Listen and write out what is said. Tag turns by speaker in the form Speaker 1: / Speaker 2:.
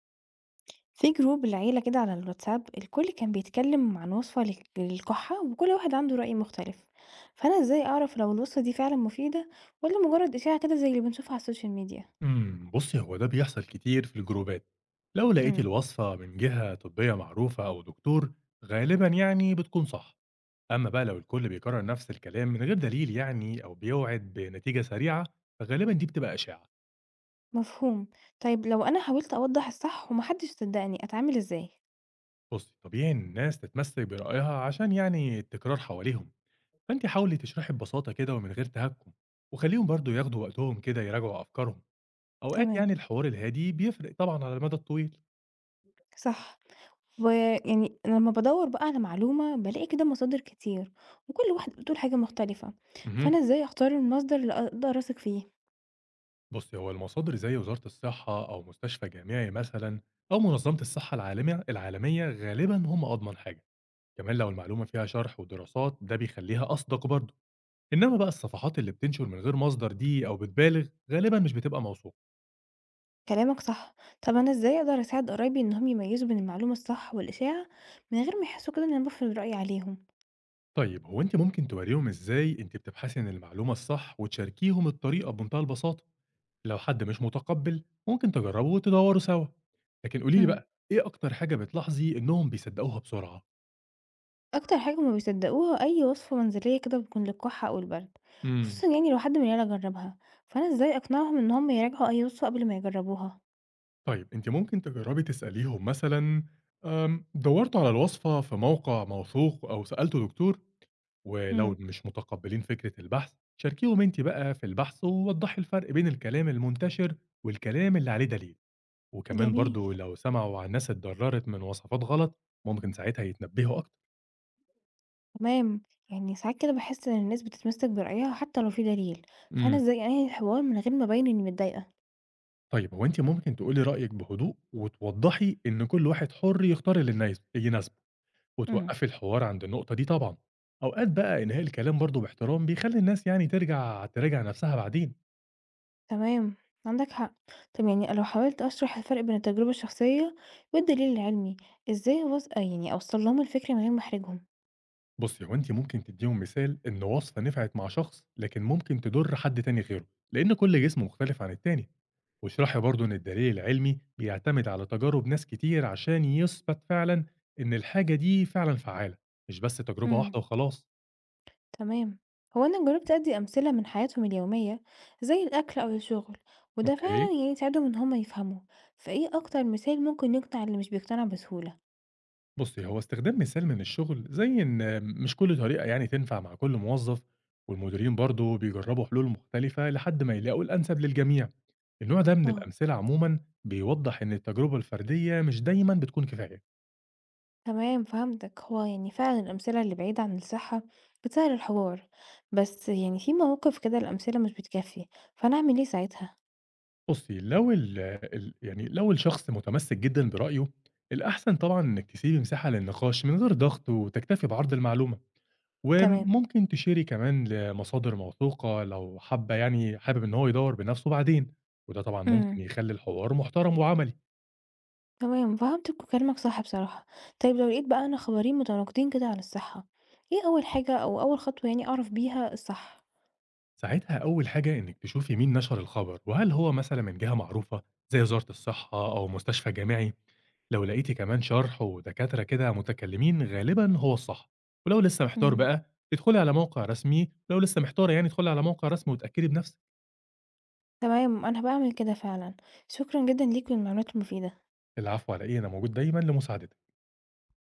Speaker 1: في جروب العيلة كده على الواتساب، الكل كان بيتكلم عن وصفة للكحة، وكل واحد عنده رأي مختلف. فأنا ازاي أعرف لو الوصفة دي فعلا مفيدة، ولا مجرد إشاعة كده زي اللي بنشوفها على السوشيال ميديا؟
Speaker 2: بصي هو ده بيحصل كتير في الجروبات. لو لقيتي
Speaker 1: امم.
Speaker 2: الوصفة من جهة طبية معروفة أو دكتور، غالبا يعني بتكون صح. أما بقى لو الكل بيكرر نفس الكلام من غير دليل يعني أو بيوعد بنتيجة سريعة، فغالبا دي بتبقى إشاعة.
Speaker 1: مفهوم. طيب لو أنا حاولت أوضح الصح ومحدش صدقني أتعامل ازاي؟
Speaker 2: بصي، طبيعي إن الناس تتمسك برأيها عشان يعني التكرار حواليهم، فأنت حاولي تشرحي ببساطة كده ومن غير تهكم، وخليهم برضو ياخدوا وقتهم كده يراجعوا أفكارهم. أوقات
Speaker 1: تمام.
Speaker 2: يعني الحوار الهادي بيفرق طبعا على المدى الطويل.
Speaker 1: صح. ويعني أنا لما بدور بقى على معلومة بلاقي كده مصادر كتير، وكل واحدة بتقول حاجة مختلفة.
Speaker 2: مهم.
Speaker 1: فأنا ازاي أختار المصدر اللي أقدر أثق فيه؟
Speaker 2: بص، هو المصادر زي وزارة الصحة أو مستشفى جامعي مثلا، أو منظمة الصحة العالمية غالبا هم أضمن حاجة. كمان لو المعلومة فيها شرح ودراسات ده بيخليها أصدق برضه. إنما بقى الصفحات اللي بتنشر من غير مصدر دي أو بتبالغ غالبا مش بتبقى موثوقة.
Speaker 1: كلامك صح. طب انا ازاي اقدر اساعد قرايبي انهم يميزوا بين المعلومة الصح والاشاعة، من غير ما يحسوا كده ان انا بفرض رأيي عليهم؟
Speaker 2: طيب، هو أنت ممكن توريهم إزاي أنت بتبحثي عن المعلومة الصح وتشاركيهم الطريقة بمنتهى البساطة. لو حد مش متقبل ممكن تجربوا وتدوروا سوا. لكن قوليلي
Speaker 1: امم.
Speaker 2: بقى إيه أكتر حاجة بتلاحظي إنهم بيصدقوها بسرعة؟
Speaker 1: اكتر حاجة ما بيصدقوها اي وصفة منزلية كده بتكون للكحة او البرد،
Speaker 2: امم
Speaker 1: خصوصا يعني لو حد من العيلة جربها. فانا ازاي اقنعهم ان هم يراجعوا اي وصفة قبل ما يجربوها؟
Speaker 2: طيب أنتِ ممكن تجرّبي تسأليهم مثلًا، دَوّرتوا على الوصفة في موقع موثوق أو سألتوا دكتور؟ ولو
Speaker 1: امم.
Speaker 2: مش متقبّلين فكرة البحث، شاركيهم أنتِ بقى في البحث، ووضّحي الفرق بين الكلام المنتشر والكلام اللي عليه دليل. وكمان
Speaker 1: جميل.
Speaker 2: برضه لو سمعوا عن ناس اتضرّرت من وصفات غلط، ممكن ساعتها يتنبّهوا أكتر.
Speaker 1: تمام. يعني ساعات كده بحس ان الناس بتتمسك برأيها حتى لو في دليل. فانا
Speaker 2: إمم.
Speaker 1: ازاي انهي الحوار من غير ما ابين اني متضايقة؟
Speaker 2: طيب، هو أنتِ ممكن تقولي رأيِك بهدوء وتوضّحي إن كل واحد حُر يختار اللي يناسبه،
Speaker 1: امم.
Speaker 2: وتوقّفي الحوار عند النقطة دي طبعًا. أوقات بقى إنهاء الكلام برضه باحترام بيخلّي الناس يعني تراجع نَفْسها بعدين.
Speaker 1: تمام. عندك حق. طب يعني لو حاولت أشرح الفرق بين التجربة الشخصية والدليل العلمي، ازاي أوص... آه يعني أوصل لهم الفكرة من غير ما أحرجهم؟
Speaker 2: بُصّي، هو أنتِ ممكن تدّيهم مثال إن وصفة نفعت مع شخص لكن ممكن تضُر حد تاني غيره، لإن كل جسم مختلف عن التاني. واشرحي برضه إن الدليل العلمي بيعتمد على تجارب ناس كتير عشان يُثبت فعلًا إن الحاجة دي فعلًا فعّالة، مش بس تجربة
Speaker 1: امم.
Speaker 2: واحدة وخلاص.
Speaker 1: تمام. هو أنا جربت أدي أمثلة من حياتهم اليومية، زي الأكل أو الشغل، وده
Speaker 2: أوكي.
Speaker 1: فعلا يعني ساعدهم إن هما يفهموا. فإيه أكتر مثال ممكن يقنع اللي مش بيقتنع بسهولة؟
Speaker 2: بُصّي، هو استخدام مثال من الشغل زي إن مش كل طريقة يعني تنفع مع كل موظف، والمديرين برضه بيجربوا حلول مختلفة لحد ما يلاقوا الأنسب للجميع. النوع ده من
Speaker 1: اه.
Speaker 2: الأمثلة عمومًا بيوضح إن التجربة الفردية مش دايمًا بتكون كفاية.
Speaker 1: تمام فهمتك. هو يعني فعلا الأمثلة اللي بعيدة عن الصحة بتسهل الحوار، بس يعني في مواقف كده الأمثلة مش بتكفي. فأنا أعمل إيه ساعتها؟
Speaker 2: بُصّي، لو ال ال يعني لو الشخص متمسك جدًا برأيه، الأحسن طبعًا إنِك تسيبي مساحة للنقاش من غير ضغط وتكتفي بعرض المعلومة.
Speaker 1: تمام.
Speaker 2: وممكن تشيري كمان لمصادر موثوقة لو حابة يعني حابب إن هو يدوّر بنفسه بعدين، وده طبعًا ممكن
Speaker 1: إمم،
Speaker 2: يخلّي الحوار محترم وعملي.
Speaker 1: تمام فهمتك وكلامك صح بصراحة. طيب لو لقيت بقى أنا خبرين متناقضين كده عن الصحة، إيه أول حاجة أو أول خطوة يعني أعرف بيها الصح؟
Speaker 2: ساعتها أول حاجة إنِّك تشوفي مين نشر الخبر، وهل هو مثلًا من جهة معروفة زي وزارة الصحة أو مستشفى جامعي؟ لو لقيتِ كمان شرح ودكاترة كده متكلمين غالبًا هو الصح. ولو لسه محتار
Speaker 1: إمم،
Speaker 2: بقى ادخلي على موقع رسمي، لو لسه محتارة يعني ادخلي على موقع رسمي واتأكدي بنفسِك.
Speaker 1: تمام أنا هابقى أعمل كده فعلًا. شكرًا جدًا ليك والمعلومات المفيدة.
Speaker 2: العفو على إيه، أنا موجود دايمًا لمساعدتِك.